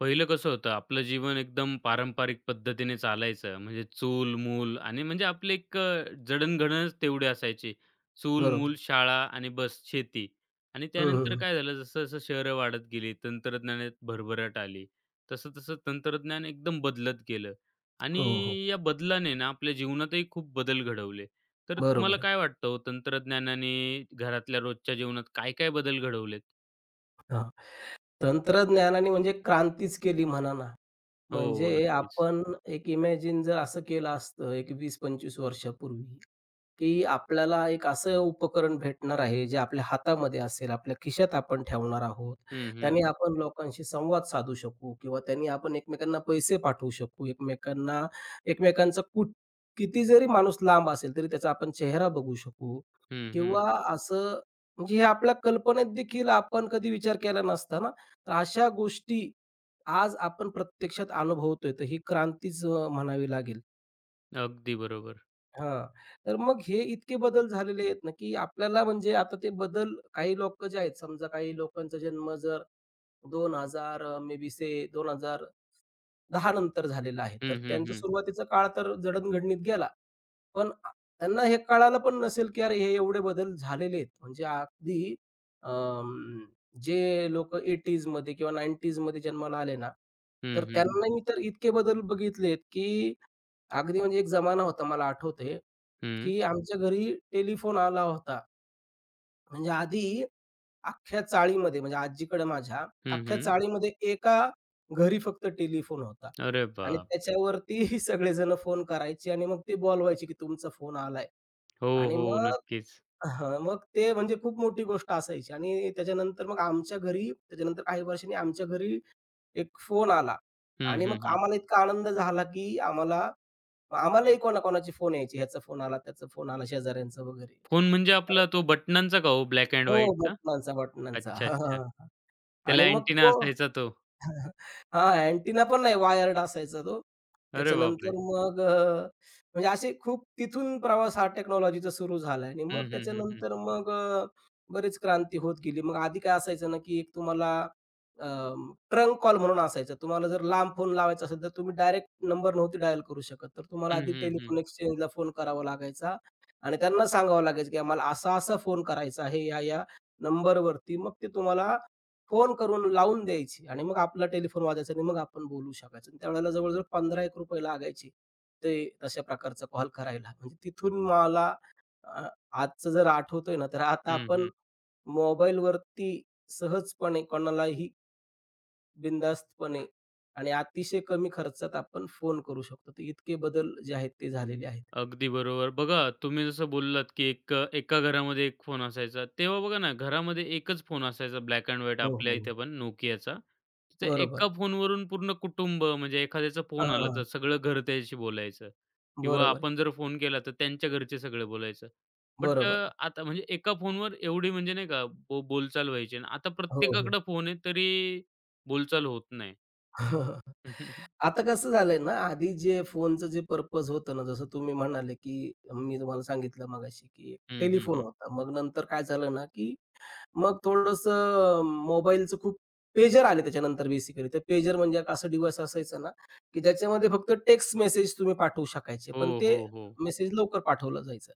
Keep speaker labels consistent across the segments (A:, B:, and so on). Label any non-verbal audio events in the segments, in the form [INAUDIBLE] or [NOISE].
A: पहिलं कसं होतं, आपलं जीवन एकदम पारंपरिक पद्धतीने चालायचं. म्हणजे चूल-मूल आणि म्हणजे आपले एक जडणघडणच तेवढी असायची.
B: बरोबर
A: चूल-मूल,
B: आहे.
A: शाळा आणि बस शेती. आणि
B: हं,
A: त्यानंतर
B: हं.
A: काय झालं, जसं-जसं शहरं वाढत गेली, तंत्रज्ञानात भरभराट आली. तसं-तसं तंत्रज्ञान एकदम बदलत गेलं
B: हो,
A: आणि
B: हो.
A: या बदलाने ना आपल्या जीवनातही खूप बदल घडवले. तर तुम्हाला
B: बरोबर आहे.
A: काय वाटतं हो, तंत्रज्ञानाने घरातल्या रोजच्या जीवनात काय-काय बदल घडवलेत?
B: हां. तंत्रज्ञानाने म्हणजे क्रांतीच केली म्हणा ना.
A: हो,
B: म्हणजे
A: नक्कीच.
B: आपण एक इमॅजिन जर असं केलं असतं, एक 20-25 वर्षापूर्वी की आपल्याला एक असं उपकरण भेटणार आहे, जे आपल्या हातामध्ये असेल, आपल्या खिशात आपण ठेवणार आहोत.
A: हं, हं,
B: त्याने
A: हं.
B: आपण लोकांशी संवाद साधू शकू किंवा त्यांनी आपण एकमेकांना पैसे पाठवू शकू. एकमेकांना एकमेकांचा कुठ किती जरी माणूस लांब असेल, तरी त्याचा आपण चेहरा बघू शकू
A: हं, हं.
B: किंवा असं म्हणजे हे आपल्या कल्पनेत देखील आपण कधी विचार केला नसता ना. तर अशा गोष्टी आज आपण प्रत्यक्षात अनुभवतोय, तर ही क्रांतीच म्हणावी लागेल.
A: अगदी बरोबर.
B: हां. तर मग हे इतके बदल झालेले आहेत ना, की आपल्याला म्हणजे आता ते बदल काही लोक जे आहेत, समजा काही लोकांचा जन्म जर 2000 मे बी से 2010 नंतर झालेला आहे.
A: हं,
B: तर
A: हं,
B: त्यांचा
A: हं.
B: सुरुवातीचा काळ तर जडणघडणीत गेला. पण आ त्यांना हे कळालं पण नसेल, की अरे हे एवढे बदल झालेले आहेत. म्हणजे अगदी अं, जे लोकं 80s मध्ये किंवा 90s मध्ये जन्माला आले ना, तर
A: हं, हं, हं.
B: त्यांनी तर इतके बदल बघितलेत, की अगदी म्हणजे एक जमाना होता मला आठवतंय
A: हं.
B: की आमच्या घरी टेलिफोन आला होता. म्हणजे आधी अख्ख्या चाळीमध्ये म्हणजे आजीकडे माझ्या, अख्ख्या
A: हं,
B: चाळीमध्ये एका घरी फक्त टेलिफोन होता
A: अरे
B: आणि
A: बाप!
B: त्याच्यावरती [LAUGHS] सगळेजण फोन करायचे आणि मग ते बोलवायचे की तुमचा फोन आलाय
A: हो,
B: आणि
A: हो.
B: मग
A: नक्कीच.
B: हां, मग ते म्हणजे खूप मोठी गोष्ट असायची आणि त्याच्यानंतर मग आमच्या घरी त्याच्यानंतर काही वर्षांनी आमच्या घरी एक फोन आला
A: हं,
B: आणि
A: हं,
B: मग
A: हं.
B: आम्हाला इतका आनंद झाला की आम्हालाही कोणाकोणाचे फोन यायचे, ह्याचा फोन आला, त्याचा फोन आला, शेजाऱ्यांचा वगैरे.
A: फोन म्हणजे आपला तो बटणांचा का हो ब्लॅक एंड
B: हो,
A: व्हाईटचा?
B: बटनांचा. [LAUGHS]
A: अच्छा,
B: हां,
A: अच्छा.
B: हां, हां.
A: त्याला
B: आणि मग
A: अँटिना
B: तो
A: असायचा तो.
B: हां, अँटिना पण नाही वायर्ड असायचा तो.
A: अरे
B: त्याच्यानंतर
A: बापरे!
B: मग अ, म्हणजे असे खूप तिथून प्रवास हा टेक्नॉलॉजीचा सुरू झाला आणि मग
A: हं, हं, हं, हं.
B: त्याच्यानंतर मग बरीच क्रांती होत गेली. मग आधी काय असायचं ना, की एक तुम्हाला ट्रंक कॉल म्हणून असायचा. तुम्हाला जर लांब फोन लावायचा असेल, तर तुम्ही डायरेक्ट नंबर नव्हते डायल करू शकत. तर तुम्हाला
A: हं,
B: आधी
A: हं, हं.
B: टेलिफोन एक्सचेंजला फोन करावा लागायचा आणि त्यांना सांगावं लागायचं, की आम्हाला असा-असा फोन करायचा आहे या नंबरवरती. मग ते तुम्हाला फोन करून लावून द्यायची आणि मग आपला टेलिफोन वाजायचा आणि मग आपण बोलू शकायचो आणि त्यावेळेला जवळ-जवळ ₹15-1 लागायचे. ते तशा प्रकारचा कॉल करायला. म्हणजे तिथून मला अ, आजचं जर आठवतोय ना, तर आता आपण
A: हं,
B: मोबाईलवरती सहजपणे कोणालाही बिनधास्तपणे आणि अतिशय कमी खर्चात आपण फोन करू शकतो. तर इतके बदल जे आहेत ते झालेले आहेत.
A: अगदी बरोबर. बघा, तुम्ही जसं बोललात, की एक एका घरामध्ये 1 फोन असायचा. तेव्हा बघा ना, घरामध्ये एकच फोन असायचा ब्लॅक एंड व्हाईट
B: हो,
A: आपल्या
B: हो.
A: इथे पण Nokiaचा. त्या
B: बरोबर.
A: एका फोनवरून पूर्ण कुटुंब म्हणजे एखाद्याचा फोन
B: हां,
A: आला तर
B: हां.
A: सगळं घर त्याच्याशी बोलायचं किंवा
B: बरोबर.
A: आपण जर फोन केला तर त्यांच्या घरचे सगळे बोलायचं. बट
B: बरोबर.
A: आता म्हणजे एका फोनवर एवढी म्हणजे नाही का बोलचाल व्हायची आणि आता
B: हो, हो.
A: प्रत्येकाकडे फोन आहे तरी बोलचाल होत नाही.
B: [LAUGHS]
A: [LAUGHS]
B: आता कसं झालंय ना, आधी जे फोनचं जे पर्पज होतं ना, जसं तुम्ही म्हणाले, की मी तुम्हाला सांगितलं मगाशी, की
A: हं, हं,
B: टेलिफोन
A: हं.
B: होता. मग नंतर काय झालं ना, की मग थोडंसं मोबाईलचं खूप पेजर आले त्याच्यानंतर बेसिकली. तर पेजर म्हणजे एक असं डिव्हाइस असायचं ना, की ज्याच्यामध्ये फक्त टेक्स्ट मेसेज तुम्ही पाठवू शकायचे. पण
A: हो,
B: ते
A: हो, हो.
B: मेसेज लवकर पाठवलं जायचं.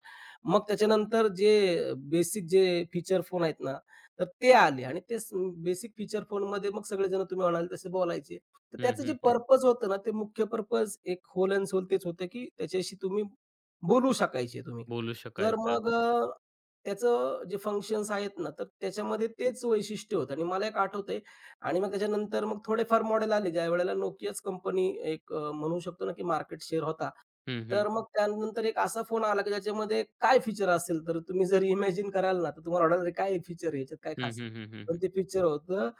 B: मग त्याच्यानंतर जे बेसिक जे फीचर फोन आहेत ना, तर ते आले आणि तेच बेसिक फीचर फोनमध्ये मग सगळेजण तुम्ही म्हणाले तसे बोलायचे. तर
A: हं,
B: त्याचं जे
A: हं, हं.
B: पर्पज होतं ना, ते मुख्य पर्पज एक होल अँड सोल तेच होतं, की त्याच्याशी तुम्ही बोलू शकायचे.
A: बोलू
B: तर
A: शकायचं.
B: मग त्याचं जे फंक्शन्स आहेत ना, तर त्याच्यामध्ये तेच वैशिष्ट्य होतं आणि मला एक आठवतंय आणि मग त्याच्यानंतर मग थोडेफार मॉडेल आले, ज्यावेळेला Nokiaच कंपनी एक म्हणू शकतो ना, की मार्केट शेअर होता.
A: हं, हं.
B: तर मग त्यानंतर एक असा फोन आला, की ज्याच्यामध्ये काय फीचर असेल, तर तुम्ही जर इमॅजिन कराल ना, तर तुम्हाला वाटेल, "अरे, काय फीचर आहे, याच्यात काय
A: हं,
B: खास आहे?"
A: हं, हं, हं,
B: पण
A: हं.
B: ते फीचर होतं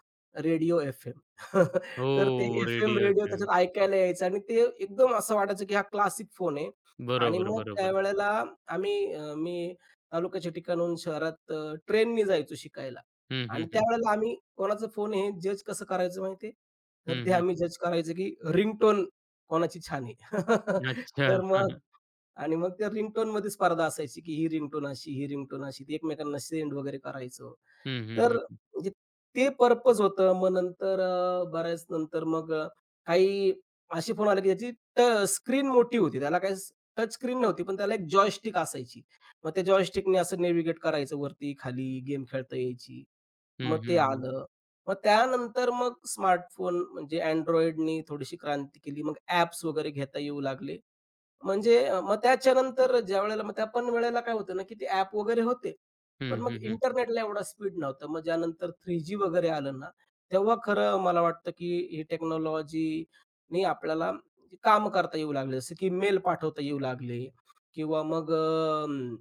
B: रेडिओ एफ-एम. [LAUGHS]
A: हो,
B: तर ते एफ-एम
A: रेडिओ
B: रेडिओ
A: एफएम.
B: त्याच्यात ऐकायला यायचं आणि ते एकदम असं वाटायचं, की हा क्लासिक फोन आहे आणि
A: बरोबर,
B: मग
A: बरोबर.
B: त्यावेळेला मी तालुक्याच्या ठिकाणाहून शहरात ट्रेननी जायचो शिकायला
A: हं,
B: आणि
A: हं, हं.
B: त्यावेळेला आम्ही कोणाचा फोन हे जज कसं करायचं माहिती आहे? तर
A: हं,
B: ते
A: हं.
B: आम्ही जज करायचं की रिंगटोन कोणाची छान आहे. [LAUGHS]
A: अच्छा.
B: तर
A: हं,
B: मग
A: हं.
B: आणि मग त्या रिंगटोनमध्ये स्पर्धा असायची की ही रिंगटोन अशी, ही रिंगटोन अशी. ती एकमेकांना सेंड वगैरे करायचो.
A: हं, हं,
B: तर
A: हं, हं.
B: म्हणजे ते पर्पज होतं. बऱ्याच नंतर मग काही असे फोन आले, की त्याची स्क्रीन मोठी होती. त्याला काही टच स्क्रीन नव्हती, पण त्याला एक जॉयस्टिक असायची. मग त्या जॉयस्टिकने असं नेव्हिगेट करायचं वरती-खाली, गेम खेळता यायची.
A: हं,
B: मग ते
A: हं, हं.
B: आलं. मग त्यानंतर मग स्मार्टफोन म्हणजे Androidनी थोडीशी क्रांती केली. मग ॲप्स वगैरे घेता येऊ लागले. मग त्याच्यानंतर ज्यावेळेला मग त्या पण वेळेला काय होतं ना, की ते ॲप वगैरे होते. पण
A: हं,
B: मग
A: हं, हं.
B: इंटरनेटला एवढा स्पीड नव्हता. मग ज्यानंतर 3G वगैरे आलं ना, तेव्हा खरं मला वाटतं, की ही टेक्नॉलॉजीनी आपल्याला कामं करता येऊ लागले. जसं की मेल पाठवता येऊ लागले किंवा मग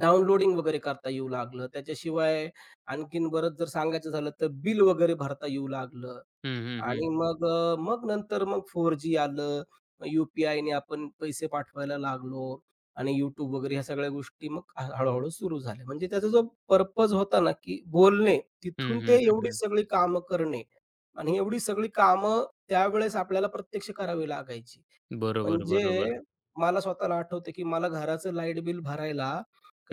B: डाउनलोडिंग वगैरे करता येऊ लागलं. त्याच्याशिवाय आणखीन बरंच जर सांगायचं झालं, तर बिल वगैरे भरता येऊ लागलं.
A: हं, हं, हं.
B: आणि मग नंतर मग 4G आलं. मग ने पी आपण पैसे पाठवायला लागलो आणि YouTube वगैरे ह्या सगळ्या गोष्टी मग ह हळू सुरू झाल्या. म्हणजे त्याचा जो पर्पज होता ना, की बोलणे,
A: हं,
B: तिथून ते एवढी
A: हं,
B: सगळी कामं करणे आणि एवढी सगळी कामं त्यावेळेस आपल्याला प्रत्यक्ष करावी लागायची.
A: बरोबर,
B: म्हणजे
A: बरोबर.
B: मला स्वतःला आठवतं, की मला घराचं लाईट बिल भरायला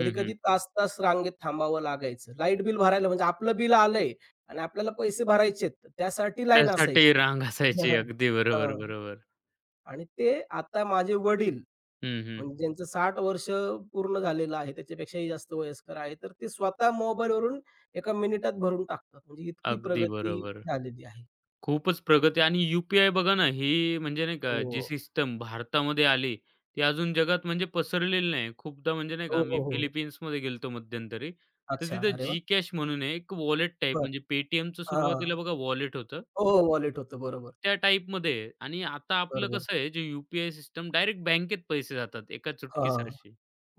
A: हं, हं.
B: तास-तास रांगेत थांबावं लागायचं. लाईट बिल भरायला म्हणजे आपलं बिल आलंय आणि आपल्याला पैसे भरायचेत, तर त्यासाठी लाईन
A: त्यासाठी
B: असायची.
A: रांग असायची.
B: [LAUGHS]
A: अगदी
B: हां,
A: बरोबर, बरोबर.
B: आणि ते आता माझे वडील
A: हं, हं.
B: म्हणजे ज्यांचं 60 वर्ष पूर्ण झालेलं आहे, त्याच्यापेक्षाही जास्त वयस्कर आहे, तर ते स्वतः मोबाईलवरून एका मिनिटात भरून टाकतात. म्हणजे इतकी
A: अगदी
B: प्रगती
A: बरोबर.
B: झालेली आहे.
A: खूपच प्रगती आणि यू आय बघा ना, ही म्हणजे नाही का जी
B: हो.
A: सिस्टम भारतामध्ये आली, ती अजून जगात म्हणजे पसरलेली नाही. खूपदा म्हणजे नाही
B: हो,
A: का मी
B: हो, हो.
A: फिलिपिन्समध्ये गेलो मध्यंतरी, तर
B: अच्छा.
A: तिथं
B: अरे वाह!
A: जीकॅश म्हणून आहे एक वॉलेट टाइप
B: बरं.
A: म्हणजे पेटीएमचं सुरुवातीला
B: हां.
A: बघा वॉलेट होतं,
B: हो, हो. वॉलेट होतं. बरोबर.
A: त्या टाइपमध्ये आहे आणि आता आपलं
B: बरोबर.
A: कसं आहे जे यू सिस्टम डायरेक्ट बँकेत पैसे जातात एका
B: हां, हां.
A: चुटकीसरशी.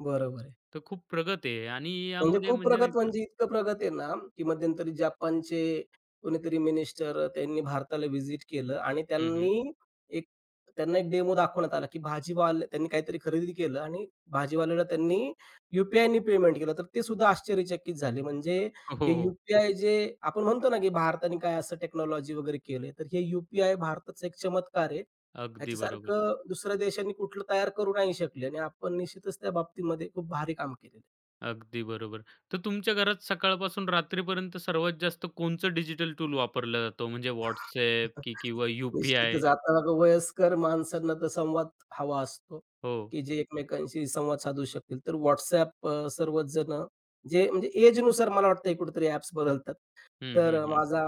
B: बरोबर आहे.
A: तर खूप प्रगती आहे आणि
B: म्हणजे
A: यामध्ये
B: खूप
A: म्हणजे नाही
B: प्रगत
A: का
B: म्हणजे इतकं प्रगत आहे ना, की मध्यंतरी जपानचे कोणीतरी मिनिस्टर, त्यांनी भारताला व्हिजिट केलं आणि
A: हं, हं.
B: त्यांनी एक त्यांना एक डेमो दाखवण्यात आला, की भाजीवाले त्यांनी काहीतरी खरेदी केलं आणि भाजीवाल्याला त्यांनी यू-पी-आयनी पेमेंट केलं. तर ते सुद्धा आश्चर्यचकित झाले. म्हणजे
A: हो,
B: हे
A: हो.
B: यू
A: हो.
B: जे आपण म्हणतो ना, की भारताने काय असं टेक्नॉलॉजी वगैरे केले. तर हे यू भारताचा एक चमत्कार आहे.
A: अगदी बरोबर.
B: ह्याच्यासारखं दुसऱ्या देशांनी कुठलं तयार करू नाही शकले आणि आपण निश्चितच त्या बाबतीमध्ये खूप भारी काम केलेलं
A: अगदी बरोबर. तर तुमच्या घरात सकाळपासून रात्रीपर्यंत सर्वात जास्त कोणचं डिजिटल टूल वापरला जातो? म्हणजे WhatsApp
B: आहे.
A: की किंवा
B: निश्चितच.
A: यू-पी-आय?
B: आता बघा वयस्कर माणसांना तर संवाद हवा असतो,
A: हो.
B: की जे एकमेकांशी संवाद साधू शकतील. तर WhatsApp, सर्वच जण जे म्हणजे एजनुसार मला वाटतं कुठेतरी ॲप्स बदलतात.
A: हं, हं,
B: तर
A: हं.
B: माझा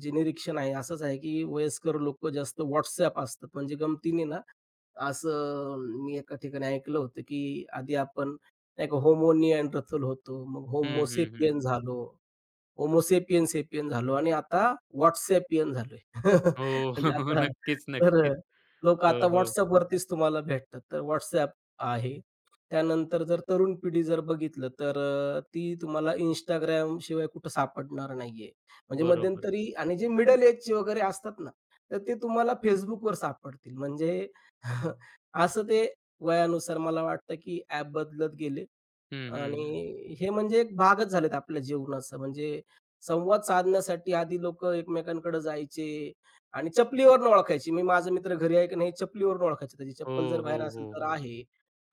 B: जे निरीक्षण आहे असंच आहे, की वयस्कर लोकं जास्त WhatsApp असतात. म्हणजे गमतीने ना असं मी एका ठिकाणी ऐकलं होतं, की आधी आपण नाही का होमो निअँडरथल होतो, मग होमो
A: हं, हं, हं.
B: झालो. होमो सेपियन झालो आणि आता WhatsAppian झालोय. [LAUGHS]
A: हो.
B: म्हणजे
A: [LAUGHS] हो,
B: आता
A: नक्कीच,
B: तर अ,
A: नक्कीच.
B: लोकं
A: हो,
B: आता
A: हो.
B: WhatsAppवरतीच तुम्हाला भेटतात. तर WhatsApp आहे. त्यानंतर जर तरुण पिढी जर बघितलं, तर ती तुम्हाला Instagram शिवाय कुठं सापडणार नाहीये. म्हणजे
A: बरोबर.
B: मध्यंतरी आणि जे मिडल एजचे वगैरे असतात ना, तर ते तुम्हाला Facebookवर सापडतील. म्हणजे [LAUGHS] असं ते वयानुसार मला वाटतं, की ॲप बदलत गेले.
A: हं, हं, हं.
B: आणि हे म्हणजे एक भागच झालेत आपल्या जीवनाचा. म्हणजे संवाद साधण्यासाठी आधी लोक एकमेकांकडे जायचे आणि चपलीवरून ओळखायची. मी माझा मित्र घरी आहे की नाही, चपलीवरून ओळखायची. त्याची
A: हो,
B: चप्पल जर
A: हो,
B: बाहेर असेल
A: हो,
B: तर
A: हो.
B: आहे.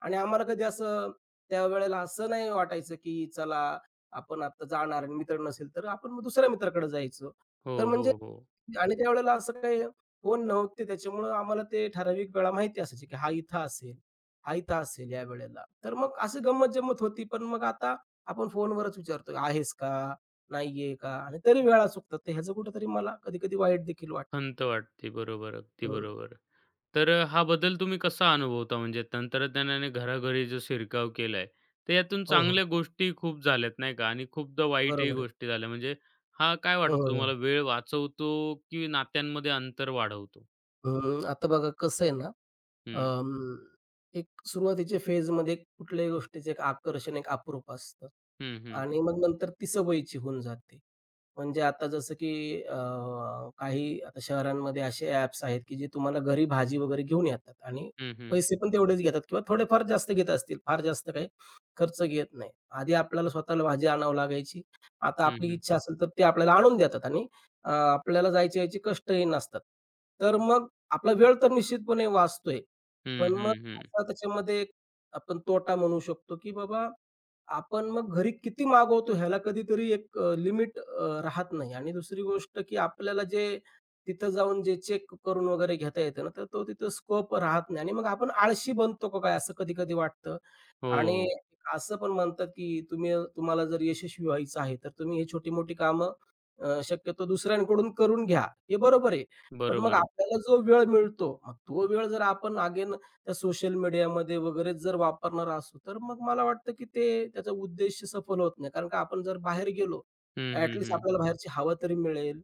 B: आणि आम्हाला कधी असं त्यावेळेला असं नाही वाटायचं की चला आपण आता जाणार आणि मित्र नसेल तर आपण मग दुसऱ्या मित्राकडे जायचो.
A: हो,
B: तर
A: हो,
B: म्हणजे
A: हो.
B: आणि त्यावेळेला असं काही फोन नव्हते त्याच्यामुळं आम्हाला ते ठराविक वेळा माहिती असायची की हा इथं असेल. आयता असेल या वेळेला. तर मग अशी गंमत-जंमत होती. पण मग आता आपण फोनवरच विचारतो, "आहेस का? नाही आहे का?" आणि तरी वेळा चुकतात. तर ह्याचं कुठेतरी मला कधी-कधी वाईट देखील वाटतं.
A: खंत वाटते. बरोबर. अगदी
B: हं.
A: बरोबर. तर हा बदल तुम्ही कसा अनुभवता? म्हणजे तंत्रज्ञानाने घराघरी जो शिरकाव केलाय, तर यातून
B: हो, हो.
A: चांगल्या गोष्टी खूप झाल्यात नाही का? आणि खूपदा वाईटही
B: बरोबर आहे.
A: गोष्टी झाल्या. म्हणजे हा काय
B: हं,
A: वाटतं तुम्हाला
B: हं.
A: वेळ वाचवतो की नात्यांमध्ये अंतर वाढवतो?
B: आता बघा कसं आहे ना,
A: हं,
B: अं, एक सुरुवातीच्या फेजमध्ये कुठल्याही गोष्टीचं एक आकर्षण, एक अप्रूप असतं
A: हं, हं.
B: आणि मग नंतर ती सवयीची होऊन जाते. म्हणजे आता जसं की अ, काही आता शहरांमध्ये असे ॲप्स आहेत, की जे तुम्हाला घरी भाजी वगैरे घेऊन येतात आणि
A: हं, हं.
B: पैसे पण तेवढेच घेतात किंवा थोडेफार जास्त घेत असतील. फार जास्त काही खर्च घेत नाही. आधी आपल्याला स्वतःला भाजी आणावी लागायची. आता
A: हं,
B: आपली
A: हं.
B: इच्छा असेल तर ते आपल्याला आणून देतात आणि आपल्याला जायचे यायचे कष्टही नसतात. तर मग आपला वेळ तर निश्चितपणे वाचतोय.
A: हं,
B: पण मग
A: हं, हं.
B: असा त्याच्यामध्ये एक आपण तोटा म्हणू शकतो, की बाबा आपण मग घरी किती मागवतो ह्याला कधीतरी एक लिमिट राहत नाही आणि दुसरी गोष्ट की आपल्याला जे तिथं जाऊन जे चेक करून वगैरे घेता येतं ना, तर तो तिथं स्कोप राहत नाही आणि मग आपण आळशी बनतो का काय असं कधी-कधी वाटतं? आणि
A: हो,
B: असं पण म्हणतात, की तुम्ही तुम्हाला जर यशस्वी व्हायचं आहे, तर तुम्ही हे छोटी-मोठी कामं शक्यतो दुसऱ्यांकडून करून घ्या. हे बरोबर आहे. पण मग
A: बरोबर आहे.
B: आपल्याला जो वेळ मिळतो, मग तो वेळ जर आपण अगेन त्या सोशल मीडियामध्ये वगैरे जर वापरणार असू, तर मग मला वाटतं, की ते त्याचा उद्देश सफल होत नाही. कारण का आपण जर बाहेर गेलो,
A: हं,
B: ॲट
A: हं, हं.
B: आपल्याला बाहेरची हवा तरी मिळेल,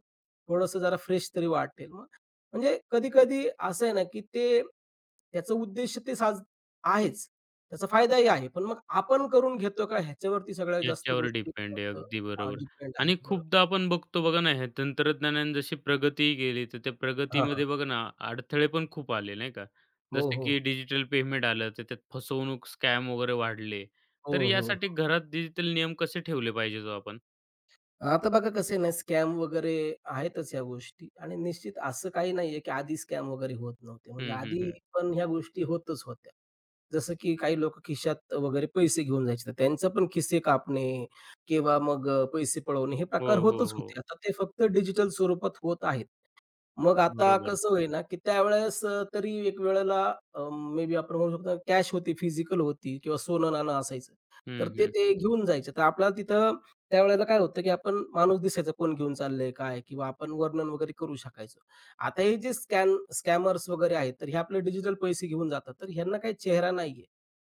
B: थोडंसं जरा फ्रेश तरी वाटेल. मग म्हणजे कधी-कधी असं आहे ना, की ते त्याचा उद्देश ते साज आहेच. त्याचा फायदाही आहे. पण मग आपण करून घेतो का ह्याच्यावरती सगळ्यात जास्त
A: याच्यावर
B: गोष्टी
A: डिपेंड आहे. अगदी बरोबर.
B: डिपेंड आहेत.
A: आणि
B: बरोबर.
A: खूपदा आपण बघतो बघा ना, हे तंत्रज्ञानाने जशी प्रगती केली, तर त्या
B: हां, हां.
A: प्रगतीमध्ये बघा ना, अडथळे पण खूप आले, नाही का?
B: हो,
A: जसं
B: हो.
A: की डिजिटल पेमेंट आलं, तर त्यात फसवणूक, स्कॅम वगैरे वाढले.
B: हो,
A: तर
B: हो,
A: यासाठी
B: हो.
A: घरात डिजिटल नियम कसे ठेवले पाहिजेत हो आपण?
B: आता बघा कसं आहे स्कॅम वगैरे आहेतच ह्या गोष्टी आणि निश्चित असं काही नाहीये, की आधी स्कॅम वगैरे होत नव्हते. म्हणजे
A: हं, हं,
B: आधी
A: हं.
B: पण ह्या गोष्टी होतच होत्या. जसं की काही लोकं खिशात वगैरे पैसे घेऊन जायचे. तर त्यांचे पण खिसे कापणे किंवा मग पैसे पळवणे हे
A: हो,
B: प्रकार
A: हो,
B: होतच होते.
A: हो.
B: आता ते फक्त डिजिटल स्वरूपात होत आहेत. मग आता
A: बरोबर.
B: कसं होईना, की त्यावेळेस तरी एक वेळेला मे बी आपण म्हणू शकतो कॅश होती, फिजिकल होती किंवा सोनं-नाणं असायचं.
A: हं,
B: तर ते
A: हं.
B: ते घेऊन जायचे. तर आपल्याला तिथं त्यावेळेला काय होतं, की आपण माणूस दिसायचा कोण घेऊन चाललंय, काय किंवा आपण वर्णन वगैरे करू शकायचो. आता हे जे स्कॅन स्कॅमर्स वगैरे आहेत, तर हे आपले डिजिटल पैसे घेऊन जातात. तर ह्यांना काही चेहरा नाहीये.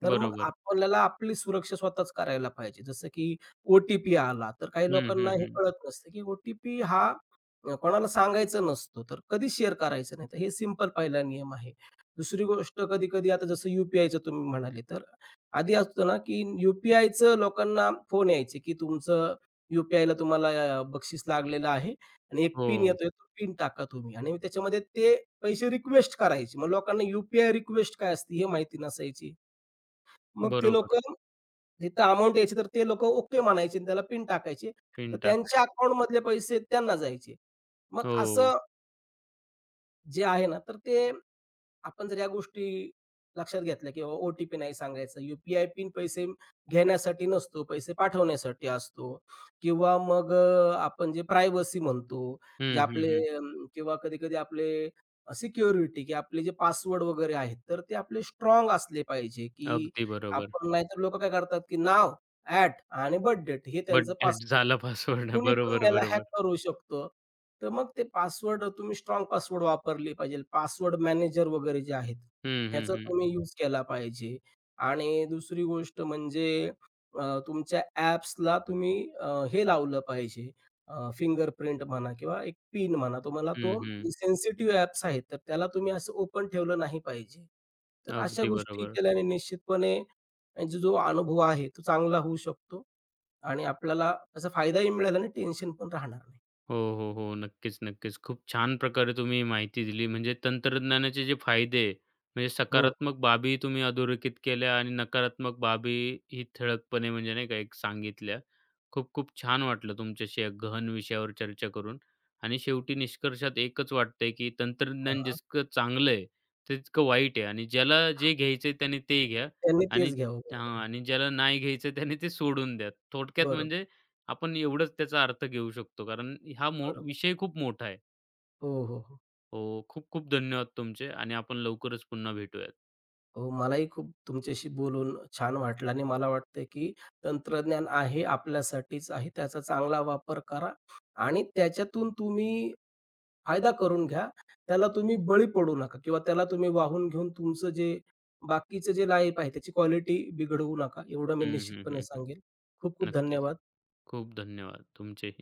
B: तर मग
A: बरोबर.
B: आपल्याला आपली सुरक्षा स्वतःच करायला पाहिजे. जसं की ओ आला, तर काही
A: हं,
B: लोकांना
A: हं,
B: हे
A: हं.
B: कळत नसतं, की ओ हा कोणाला सांगायचं नसतं, तर कधी शेअर करायचं नाही. तर हे सिंपल पहिला नियम आहे. दुसरी गोष्ट कधी-कधी आता जसं यू पी तुम्ही म्हणाले, तर आधी असतं ना, की यू लोकांना फोन यायचे, की तुमचं यू पी तुम्हाला बक्षीस लागलेलं आहे आणि एक पिन
A: हो.
B: येतोय, तो पिन टाका तुम्ही आणि त्याच्यामध्ये ते पैसे रिक्वेस्ट करायचे. मग लोकांना यू रिक्वेस्ट काय असते हे माहिती नसायची. मग ते
A: बरोबर.
B: लोकं जिथं अमाउंट यायची तर ते लोकं ओके म्हणायचे आणि त्याला पिन टाकायचे. तर
A: पिन
B: त्यांच्या
A: टाकली.
B: अकाउंटमधले पैसे त्यांना जायचे. मग
A: हो.
B: असं जे आहे ना, तर ते आपण जर या गोष्टी लक्षात घेतल्या किंवा ओ-टी-पी नाही सांगायचा. यू-पी-आय पिन पैसे घेण्यासाठी नसतो, पैसे पाठवण्यासाठी असतो किंवा मग आपण जे प्रायव्हसी म्हणतो, जे
A: हं, हं,
B: आपले
A: हं.
B: किंवा कधी-कधी आपले सिक्युरिटी की आपले जे पासवर्ड वगैरे आहेत, तर ते आपले स्ट्राँग असले पाहिजे, की
A: अगदी बरोबर.
B: आपण नाहीतर लोकं काय करतात, की नाव, ॲट आणि बर्थ हे त्यांचं
A: बट
B: पासवर्ड.
A: झाला पासवर्ड.
B: कुणी पण
A: बरोबर,
B: याला हॅक
A: बरोबर.
B: करू शकतो. तर मग ते पासवर्ड तुम्ही स्ट्राँग पासवर्ड वापरले पाहिजे. पासवर्ड मॅनेजर वगैरे जे आहेत,
A: हं, हं,
B: ह्याचा
A: हं.
B: तुम्ही यूज केला पाहिजे. आणि दुसरी गोष्ट म्हणजे तुमच्या ॲप्सला तुम्ही अ, हे लावलं पाहिजे फिंगरप्रिंट म्हणा किंवा एक पिन म्हणा. तुम्हाला तो
A: हं, हं.
B: सेन्सिटिव्ह ॲप्स आहेत, तर त्याला तुम्ही असं ओपन ठेवलं नाही पाहिजे. तर अशा
A: अगदी
B: गोष्टी
A: बरोबर.
B: केल्याने निश्चितपणे म्हणजे जो अनुभव आहे, तो चांगला होऊ शकतो आणि आपल्याला त्याचा फायदाही मिळेल आणि टेन्शन पण राहणार नाही.
A: हो, हो, हो. नक्कीच, नक्कीच. खूप छान प्रकारे तुम्ही माहिती दिली. म्हणजे तंत्रज्ञानाचे जे फायदे आहे, म्हणजे
B: हो.
A: सकारात्मक बाबी तुम्ही अधोरेखित केल्या आणि नकारात्मक बाबी ही ठळकपणे म्हणजे नाही का एक सांगितल्या. खूप खूप छान वाटलं तुमच्याशी या गहन विषयावर चर्चा करून आणि शेवटी निष्कर्षात एकच वाटतंय, की तंत्रज्ञान
B: हां.
A: जितकं चांगलं आहे, ते तितकं वाईट आहे आणि ज्याला जे घ्यायचंय त्याने ते घ्या
B: त्यांनी
A: आणि
B: तेच घ्यावं. बरोबर
A: हां
B: आहे.
A: आणि ज्याला नाही घ्यायचं त्याने ते सोडून द्या. थोडक्यात
B: बरोबर,
A: म्हणजे आपण एवढंच त्याचा अर्थ घेऊ शकतो. कारण हा
B: बरोबर.
A: विषय खूप मोठा आहे.
B: हो, हो, हो.
A: हो, खूप-खूप धन्यवाद तुमचे आणि आपण लवकरच पुन्हा भेटूयात.
B: हो, मलाही खूप तुमच्याशी बोलून छान वाटलं आणि मला वाटतं, की तंत्रज्ञान आहे आपल्यासाठीच आहे. त्याचा चांगला वापर करा आणि त्याच्यातून तुम्ही फायदा करून घ्या. त्याला तुम्ही बळी पडू नका किंवा त्याला तुम्ही वाहून घेऊन तुमचं जे बाकीचं जे लाईफ आहे त्याची क्वालिटी बिघडवू नका. एवढं मी
A: हं, हं,
B: निश्चितपणे
A: हं, हं.
B: सांगेल. खूप खूप
A: नक्कीच.
B: धन्यवाद.
A: खूप धन्यवाद तुमचे